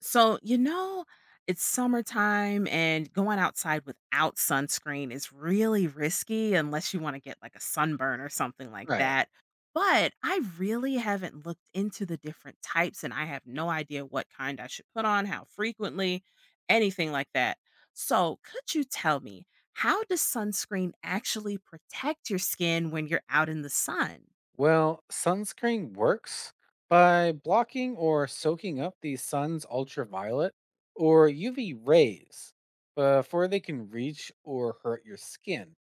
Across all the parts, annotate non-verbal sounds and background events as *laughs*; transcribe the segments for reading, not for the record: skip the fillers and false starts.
So, you know, it's summertime and going outside without sunscreen is really risky unless you want to get like a sunburn or something like Right. that. But I really haven't looked into the different types and I have no idea what kind I should put on, how frequently, anything like that. So, could you tell me, how does sunscreen actually protect your skin when you're out in the sun? Well, sunscreen works by blocking or soaking up the sun's ultraviolet or UV rays before they can reach or hurt your skin.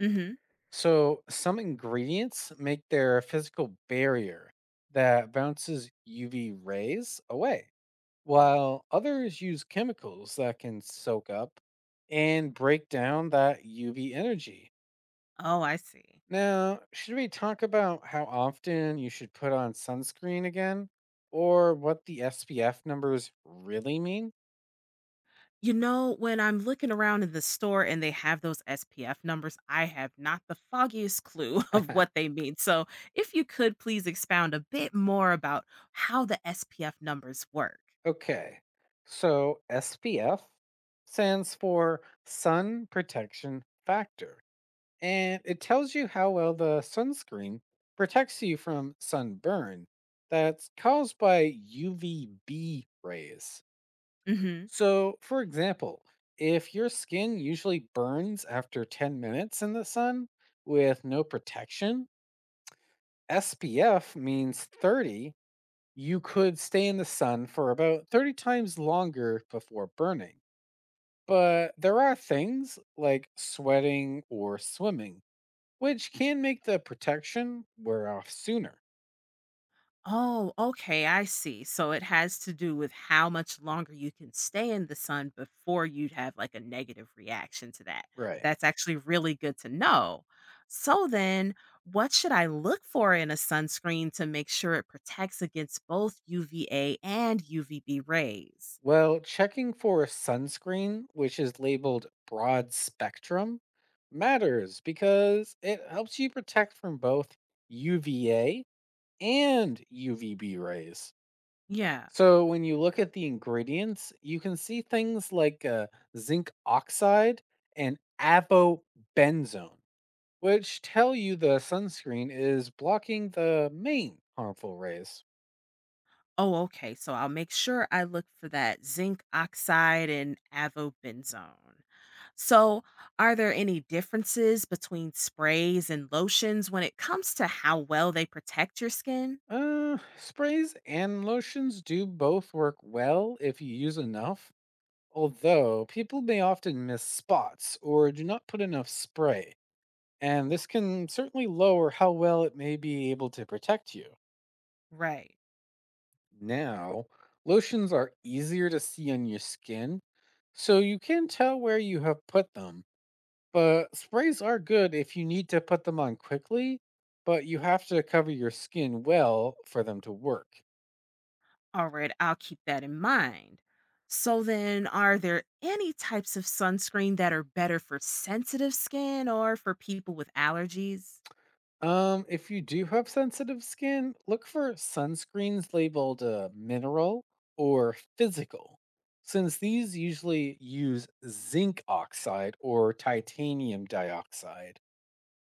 Mhm. So, some ingredients make their physical barrier that bounces UV rays away, while others use chemicals that can soak up and break down that UV energy. Oh, I see. Now, should we talk about how often you should put on sunscreen again or what the SPF numbers really mean? You know, when I'm looking around in the store and they have those SPF numbers, I have not the foggiest clue *laughs* of *laughs* what they mean. So, if you could please expound a bit more about how the SPF numbers work. Okay. So, SPF stands for sun protection factor, and it tells you how well the sunscreen protects you from sunburn that's caused by UVB rays. Mhm. So, for example, if your skin usually burns after 10 minutes in the sun with no protection, SPF means 30. You could stay in the sun for about 30 times longer before burning. But there are things like sweating or swimming, which can make the protection wear off sooner. Oh, okay, I see. So it has to do with how much longer you can stay in the sun before you'd have like a negative reaction to that. Right. That's actually really good to know. So then, what should I look for in a sunscreen to make sure it protects against both UVA and UVB rays? Well, checking for sunscreen, which is labeled broad spectrum, matters because it helps you protect from both UVA and UVB rays. Yeah. So, when you look at the ingredients, you can see things like zinc oxide and avobenzone, which tell you the sunscreen is blocking the main harmful rays. Oh, okay. So I'll make sure I look for that zinc oxide and avobenzone. So, are there any differences between sprays and lotions when it comes to how well they protect your skin? Sprays and lotions do both work well if you use enough, although people may often miss spots or do not put enough spray, and this can certainly lower how well it may be able to protect you. Right. Now, lotions are easier to see on your skin, so you can tell where you have put them, but sprays are good if you need to put them on quickly, but you have to cover your skin well for them to work. All right, I'll keep that in mind. So then, are there any types of sunscreen that are better for sensitive skin or for people with allergies? If you do have sensitive skin, look for sunscreens labeled mineral or physical, since these usually use zinc oxide or titanium dioxide.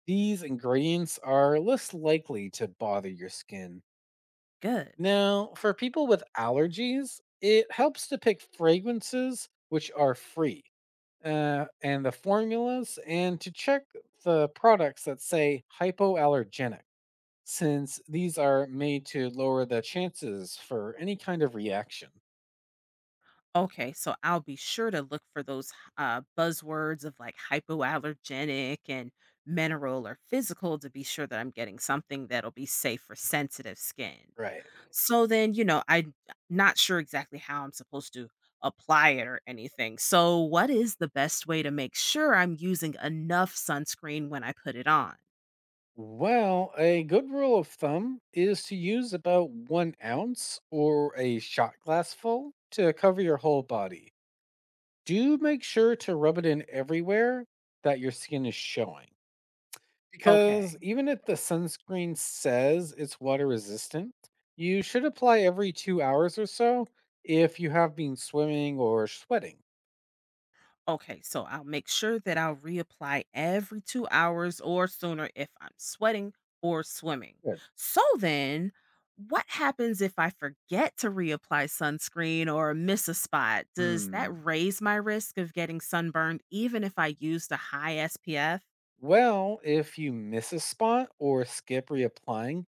These ingredients are less likely to bother your skin. Good. Now, for people with allergies, it helps to pick fragrances which are free and the formulas and to check the products that say hypoallergenic since these are made to lower the chances for any kind of reaction. Okay, so I'll be sure to look for those buzzwords of like hypoallergenic and mineral or physical to be sure that I'm getting something that'll be safe for sensitive skin. Right. So then, you know, I'm not sure exactly how I'm supposed to apply it or anything. So, what is the best way to make sure I'm using enough sunscreen when I put it on? Well, a good rule of thumb is to use about 1 ounce or a shot glass full to cover your whole body. Do make sure to rub it in everywhere that your skin is showing. Because Okay. even if the sunscreen says it's water resistant, you should apply every 2 hours or so if you have been swimming or sweating. Okay, so I'll make sure that I'll reapply every 2 hours or sooner if I'm sweating or swimming. Good. So then, what happens if I forget to reapply sunscreen or miss a spot? Does that Hmm. raise my risk of getting sunburned even if I used a high SPF? Well, if you miss a spot or skip reapplying,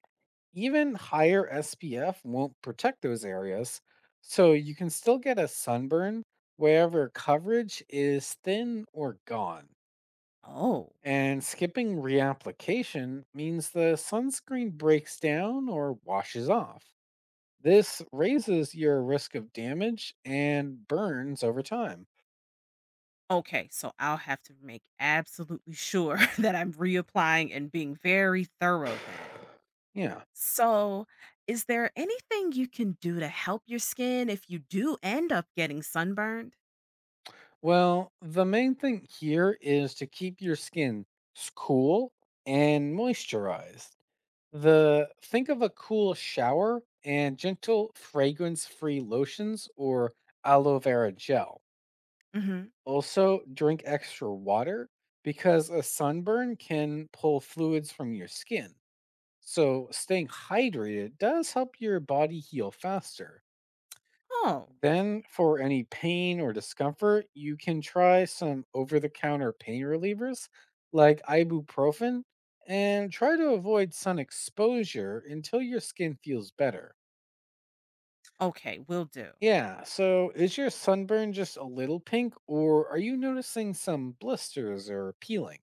even higher SPF won't protect those areas, so you can still get a sunburn wherever coverage is thin or gone. Oh, And skipping reapplication means the sunscreen breaks down or washes off. This raises your risk of damage and burns over time. *sighs* okay. So I'll have to make absolutely sure *laughs* that I'm reapplying and being very thorough then. Yeah. So, is there anything you can do to help your skin if you do end up getting sunburned? Well, the main thing here is to keep your skin cool and moisturized. The think of a cool shower and gentle fragrance-free lotions or aloe vera gel. Hmm. Also, drink extra water because a sunburn can pull fluids from your skin. So, staying hydrated does help your body heal faster. Oh, Then, for any pain or discomfort, you can try some over the counter pain relievers like ibuprofen and try to avoid sun exposure until your skin feels better. okay, will do. Yeah, so is your sunburn just a little pink or are you noticing some blisters or peeling?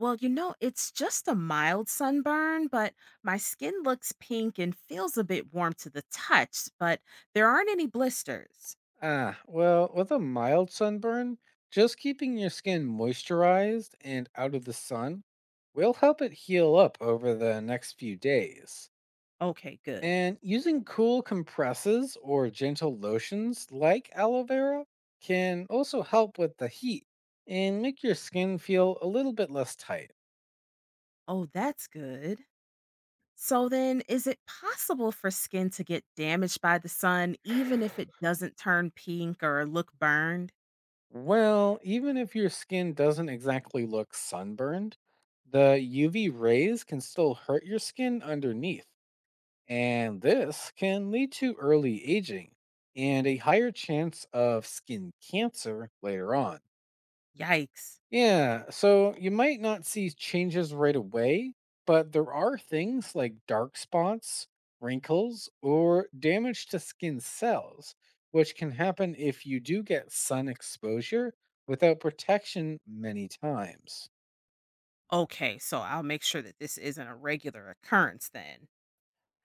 Well, you know, it's just a mild sunburn, but my skin looks pink and feels a bit warm to the touch, but there aren't any blisters. Ah, well, with a mild sunburn, just keeping your skin moisturized and out of the sun will help it heal up over the next few days. Okay, good. And using cool compresses or gentle lotions like aloe vera can also help with the heat and make your skin feel a little bit less tight. Oh, that's good. So then, is it possible for skin to get damaged by the sun even if it doesn't turn pink or look burned? Well, even if your skin doesn't exactly look sunburned, the UV rays can still hurt your skin underneath. And this can lead to early aging and a higher chance of skin cancer later on. Yikes. Yeah, so you might not see changes right away, but there are things like dark spots, wrinkles, or damage to skin cells, which can happen if you do get sun exposure without protection many times. Okay, so I'll make sure that this isn't a regular occurrence then.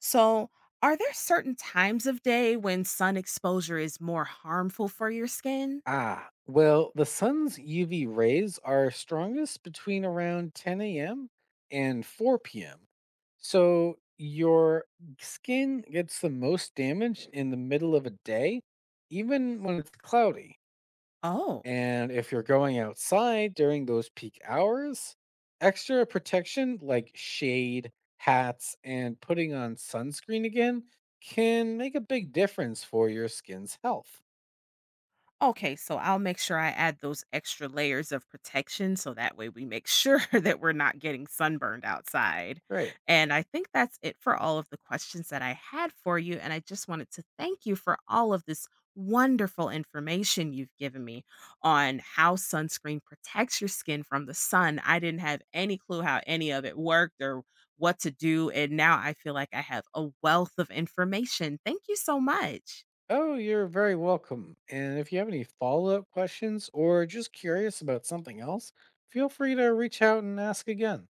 So, are there certain times of day when sun exposure is more harmful for your skin? Ah, well, the sun's UV rays are strongest between around 10 a.m. and 4 p.m. So your skin gets the most damage in the middle of a day, even when it's cloudy. Oh. And if you're going outside during those peak hours, extra protection like shade, hats, and putting on sunscreen again can make a big difference for your skin's health. Okay, so I'll make sure I add those extra layers of protection so that way we make sure *laughs* that we're not getting sunburned outside. Right. And I think that's it for all of the questions that I had for you. And I just wanted to thank you for all of this wonderful information you've given me on how sunscreen protects your skin from the sun. I didn't have any clue how any of it worked or what to do. And now I feel like I have a wealth of information. Thank you so much. Oh, you're very welcome. And if you have any follow up questions or just curious about something else, feel free to reach out and ask again.